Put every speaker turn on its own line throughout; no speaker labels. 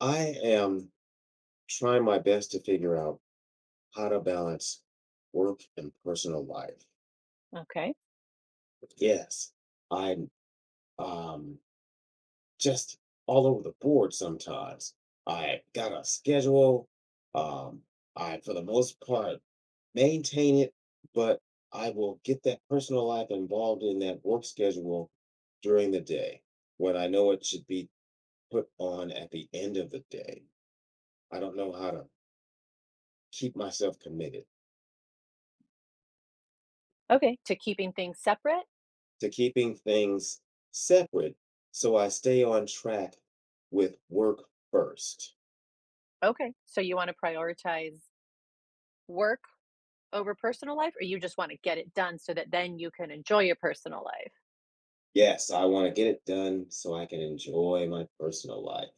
I am trying my best to figure out how to balance work and personal life.
Okay.
Yes, I'm um, just all over the board sometimes. I got a schedule. Um, I, for the most part, maintain it, but I will get that personal life involved in that work schedule during the day when I know it should be put on at the end of the day. I don't know how to keep myself committed.
Okay. To keeping things separate?
To keeping things separate so I stay on track with work first.
Okay. So you want to prioritize work over personal life, or you just want to get it done so that then you can enjoy your personal life?
Yes, I want to get it done so I can enjoy my personal life.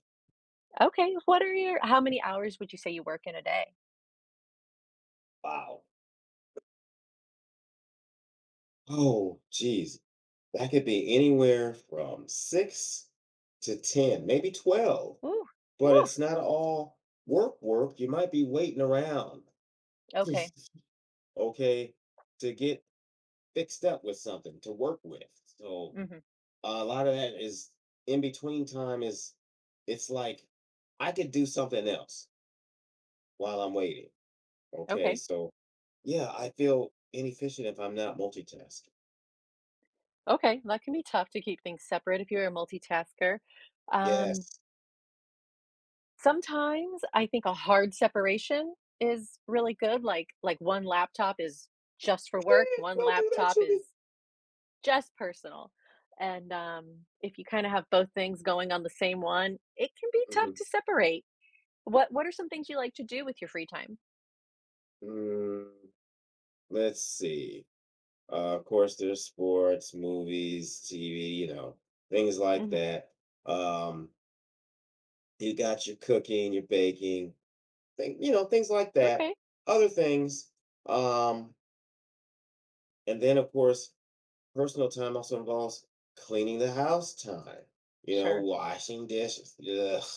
Okay. How many hours would you say you work in a day?
Wow. Oh, geez. That could be anywhere from 6 to 10, maybe 12,
Ooh,
but
ooh.
it's not all work work. You might be waiting around,
Okay.
okay, to get fixed up with something to work with. So
Hmm.
a lot of that is in between time is it's like I could do something else while I'm waiting. Okay,
Okay.
so yeah, I feel inefficient if I'm not multitasking.
Okay. That can be tough to keep things separate if you're a multitasker. Um,
Yes.
Sometimes I think a hard separation is really good. Like one laptop is just for work, one
Don't do that
laptop
to me.
is just personal. And, if you kinda have both things going on the same one, it can be tough
Mhm.
to separate. What are some things you like to do with your free time?
Mm, let's see. Of course, there's sports, movies, TV, things like
Mhm.
that. Um, you got your cooking, your baking, thing, things like that.
Okay.
Other things, um, and then, of course, personal time also involves cleaning the house time,
Sure.
washing dishes, ugh,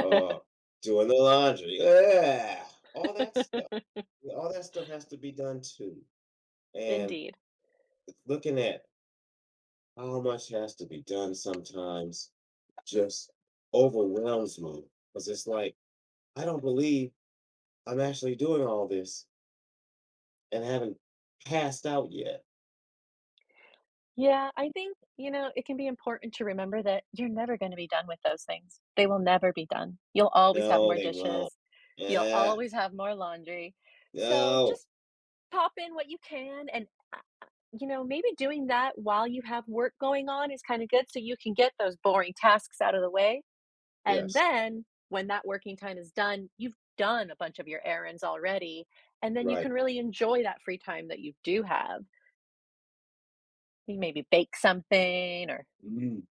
uh, doing the laundry, yeah, all that stuff. Yeah, all that stuff has to be done too. And
Indeed.
looking at how much has to be done sometimes just overwhelms me because it's like, I don't believe I'm actually doing all this and haven't passed out yet.
Yeah, I think, you know, it can be important to remember that you're never gonna be done with those things. They will never be done. You'll always have
No,
more
they won't.
dishes. You'll
Yeah,
always have more laundry. So,
no.
just pop in what you can and you know, maybe doing that while you have work going on is kind of good so you can get those boring tasks out of the way. And
Yes,
then when that working time is done, you've done a bunch of your errands already. And then you
right.
can really enjoy that free time that you do have. You maybe bake something or
Mm.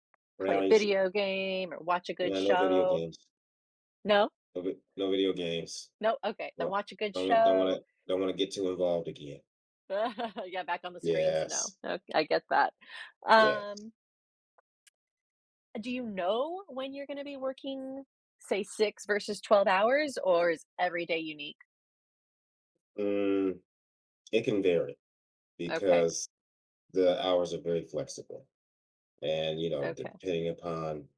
play a
Brownies.
video game or watch a good
Yeah, no video
show.
games.
No?
No, no video games.
No? Okay. Then
No,
watch a good show.
don't want to get too involved again.
Yeah, back on the screens. No.
Yes,
Okay, I get that.
yes.
Um, do you know when you're gonna be working, say, 6 versus 12 hours, or is every day unique?
Mm, it can vary
Okay,
because the hours are very flexible, and
okay,
depending upon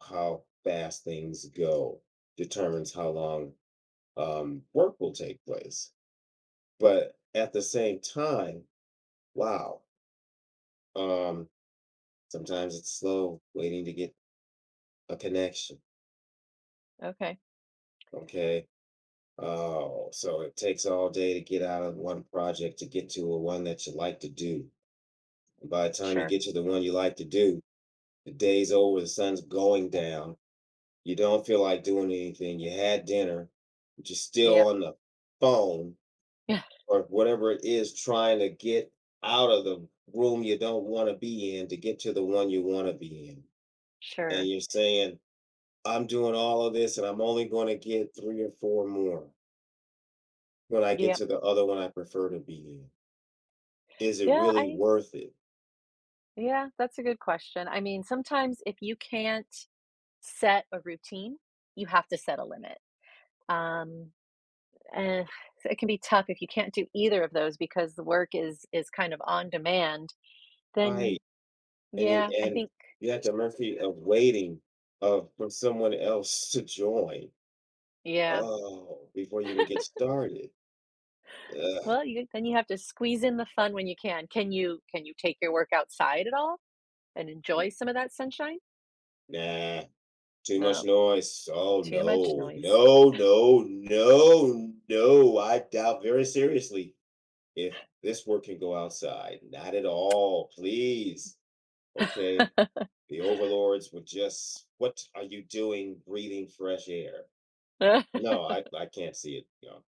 how fast things go, determines how long work will take place. But at the same time, wow. Um, sometimes it's slow waiting to get a connection.
okay.
Okay. Oh, so it takes all day to get out of one project to get to a one that you like to do. And by the time you
Sure.
get to the one you like to do, the day's over, the sun's going down. You don't feel like doing anything. You had dinner, but you're still
Yep.
on the phone
Yeah,
or whatever it is trying to get out of the room you don't want to be in to get to the one you want to be in. And
sure.
you're saying, I'm doing all of this and I'm only going to get three or four more when I get
Yep.
to the other one I prefer to be in, is it
Yeah,
really
I
worth it?
yeah, that's a good question. I mean, sometimes if you can't set a routine, you have to set a limit. Um, eh, it can be tough if you can't do either of those because the work is kind of on demand, then
Right. And it,
yeah, I
and
think
you have the mercy of waiting of for someone else to join.
yeah.
Oh, before you can get started. Ugh,
Well, you then you have to squeeze in the fun when you can. Can you take your work outside at all and enjoy some of that sunshine?
nah, too much
No,
noise. Oh
too much
no,
noise.
no, no, no, no. I doubt very seriously if this work can go outside. Not at all, please. Okay. The overlords would just, what are you doing breathing fresh air? No, I can't see it.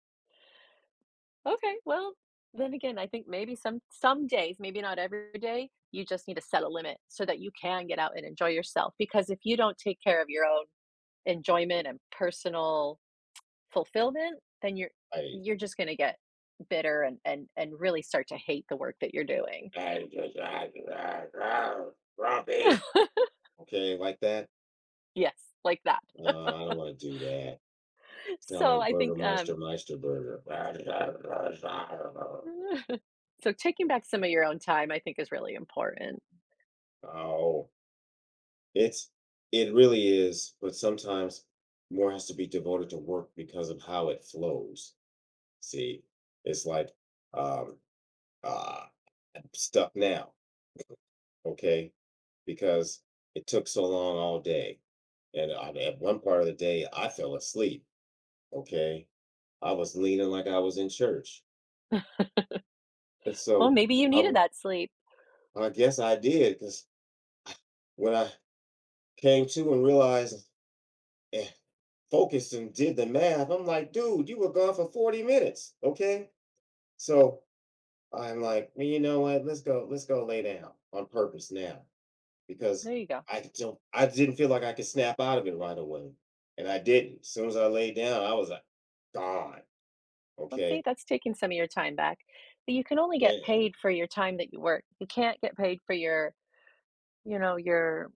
Okay, well, then again, I think maybe some days, maybe not every day, you just need to set a limit so that you can get out and enjoy yourself. Because if you don't take care of your own enjoyment and personal fulfillment, then
I
you're just gonna get bitter and really start to hate the work that you're doing.
I just I, grumpy, okay, like that,
Yes, like that.
I don't wanna do that, sound
So
like
I think,
Burgermeister Meisterburger.
so taking back some of your own time, I think is really important.
Oh, it's it really is, but sometimes more has to be devoted to work because of how it flows, see? It's like, um, uh, I'm stuck now, okay? Because it took so long all day. And I, at one part of the day, I fell asleep, okay? I was leaning like I was in church. And
Well,
so
maybe you
I,
needed that sleep.
I guess I did because when I came to and realized, eh, focused and did the math, I'm like, dude, you were gone for 40 minutes, okay? So I'm like, "Well, you know what? Let's go lay down on purpose now. Because
There you go.
I didn't feel like I could snap out of it right away, and I didn't. As soon as I laid down, I was like, "Gone."
Well, see,
Okay,
that's taking some of your time back. But you can only get
and,
paid for your time that you work. You can't get paid for your, You know,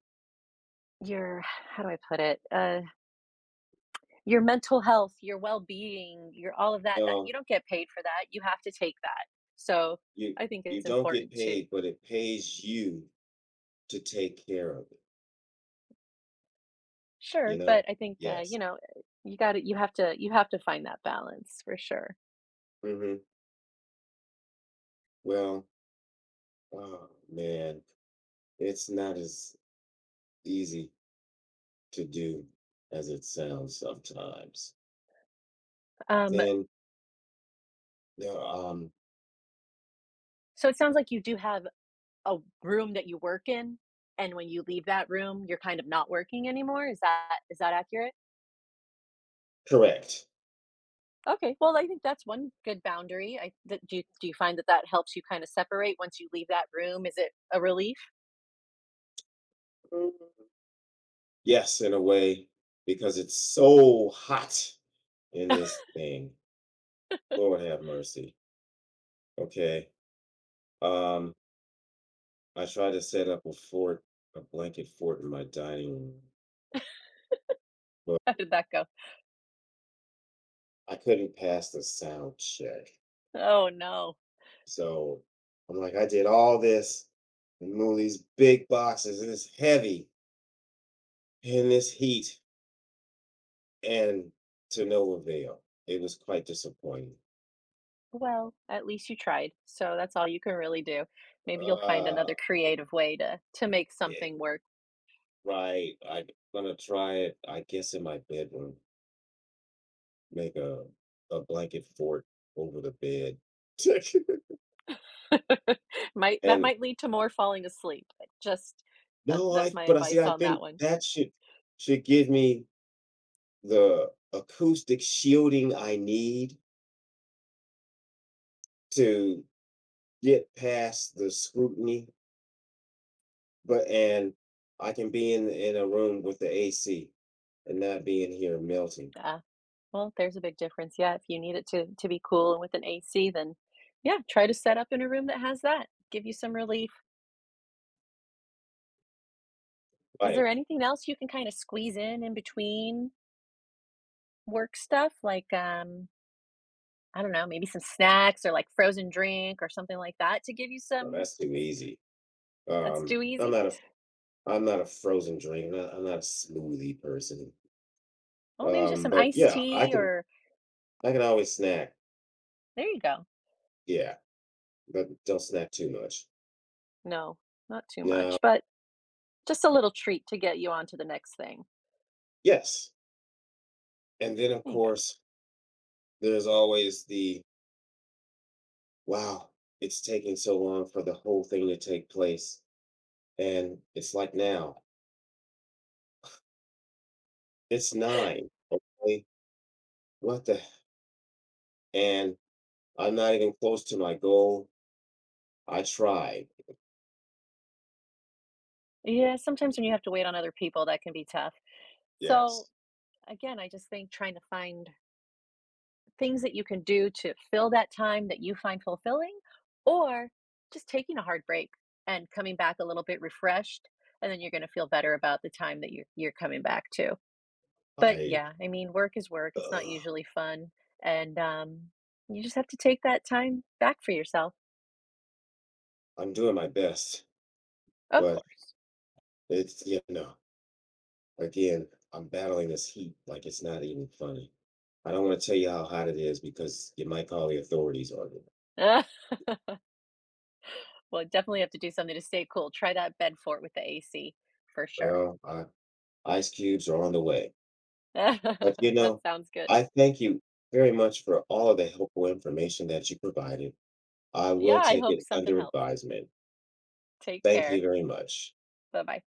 your how do I put it? Your mental health, your well-being, your all of that.
you
That
know,
you don't get paid for that. You have to take that. So
you
I think
you
it's
don't get
important to
paid, but it pays you to take care of it. You
sure, but
know?
I think
Yes.
you know you have to find that balance for sure.
hmm Well, oh man, it's not as easy to do as it sounds sometimes.
Um,
And you.
so it sounds like you do have a room that you work in, and when you leave that room, you're kind of not working anymore. Is that accurate?
Correct.
Okay, well, I think that's one good boundary. Do you find that that helps you kind of separate once you leave that room? Is it a relief?
Yes, in a way, because it's so hot in this thing. Lord have mercy. Okay. Um, I tried to set up a fort, a blanket fort in my dining room, but
How did that go?
I couldn't pass the sound check.
Oh no.
So I'm like, I did all this and move these big boxes, and it's heavy in this heat, and to no avail. It was quite disappointing.
Well, at least you tried. So that's all you can really do. Maybe you'll find
Uh,
another creative way to make
yeah.
something work.
Right. I'm gonna try it, I guess, in my bedroom. Make a blanket fort over the bed.
Might that
And
might lead to more falling asleep. But just
no,
that's
I
my
but I see,
advice
I
on
think
that one.
that should give me the acoustic shielding I need to get past the scrutiny, but and I can be in a room with the AC and not be in here melting.
Yeah. Well, there's a big difference. Yeah, if you need it to be cool and with an AC, then yeah, try to set up in a room that has that. Give you some relief. Is
Like.
there anything else you can kind of squeeze in between work stuff? Like, I don't know, maybe some snacks or like frozen drink or something like that to give you
Well,
some
that's too easy.
that's too
I'm
easy.
not a frozen drink. I'm not a smoothie person.
Oh, maybe just some
But
iced
yeah, I
tea
can
or
I can always snack.
there you go.
Yeah, but don't snack too much.
No, not too
Now,
much, but just a little treat to get you on to the next thing.
yes, and then of
There you go.
course there's always the wow. It's taking so long for the whole thing to take place, and it's like now it's 9. Okay, what the? And I'm not even close to my goal. I tried.
Yeah, sometimes when you have to wait on other people, that can be tough. So,
Yes,
again, I just think trying to find things that you can do to fill that time that you find fulfilling, or just taking a hard break and coming back a little bit refreshed, and then you're going to feel better about the time that you're coming back to. But
I.
yeah, I mean, work is work. It's not
Uh,
usually fun, and you just have to take that time back for yourself,
I'm doing my best,
of
but
course.
it's yeah no again, I'm battling this heat like it's not even funny. I don't want to tell you how hot it is because you might call the authorities on you.
Well, definitely have to do something to stay cool. Try that bed fort with the AC for sure.
Well, I, ice cubes are on the way. But
That sounds good.
I thank you very much for all of the helpful information that you provided. I
Yeah,
will
I
take
hope
it
something
under
helps.
advisement.
Take
Thank you
care.
very much.
Bye-bye.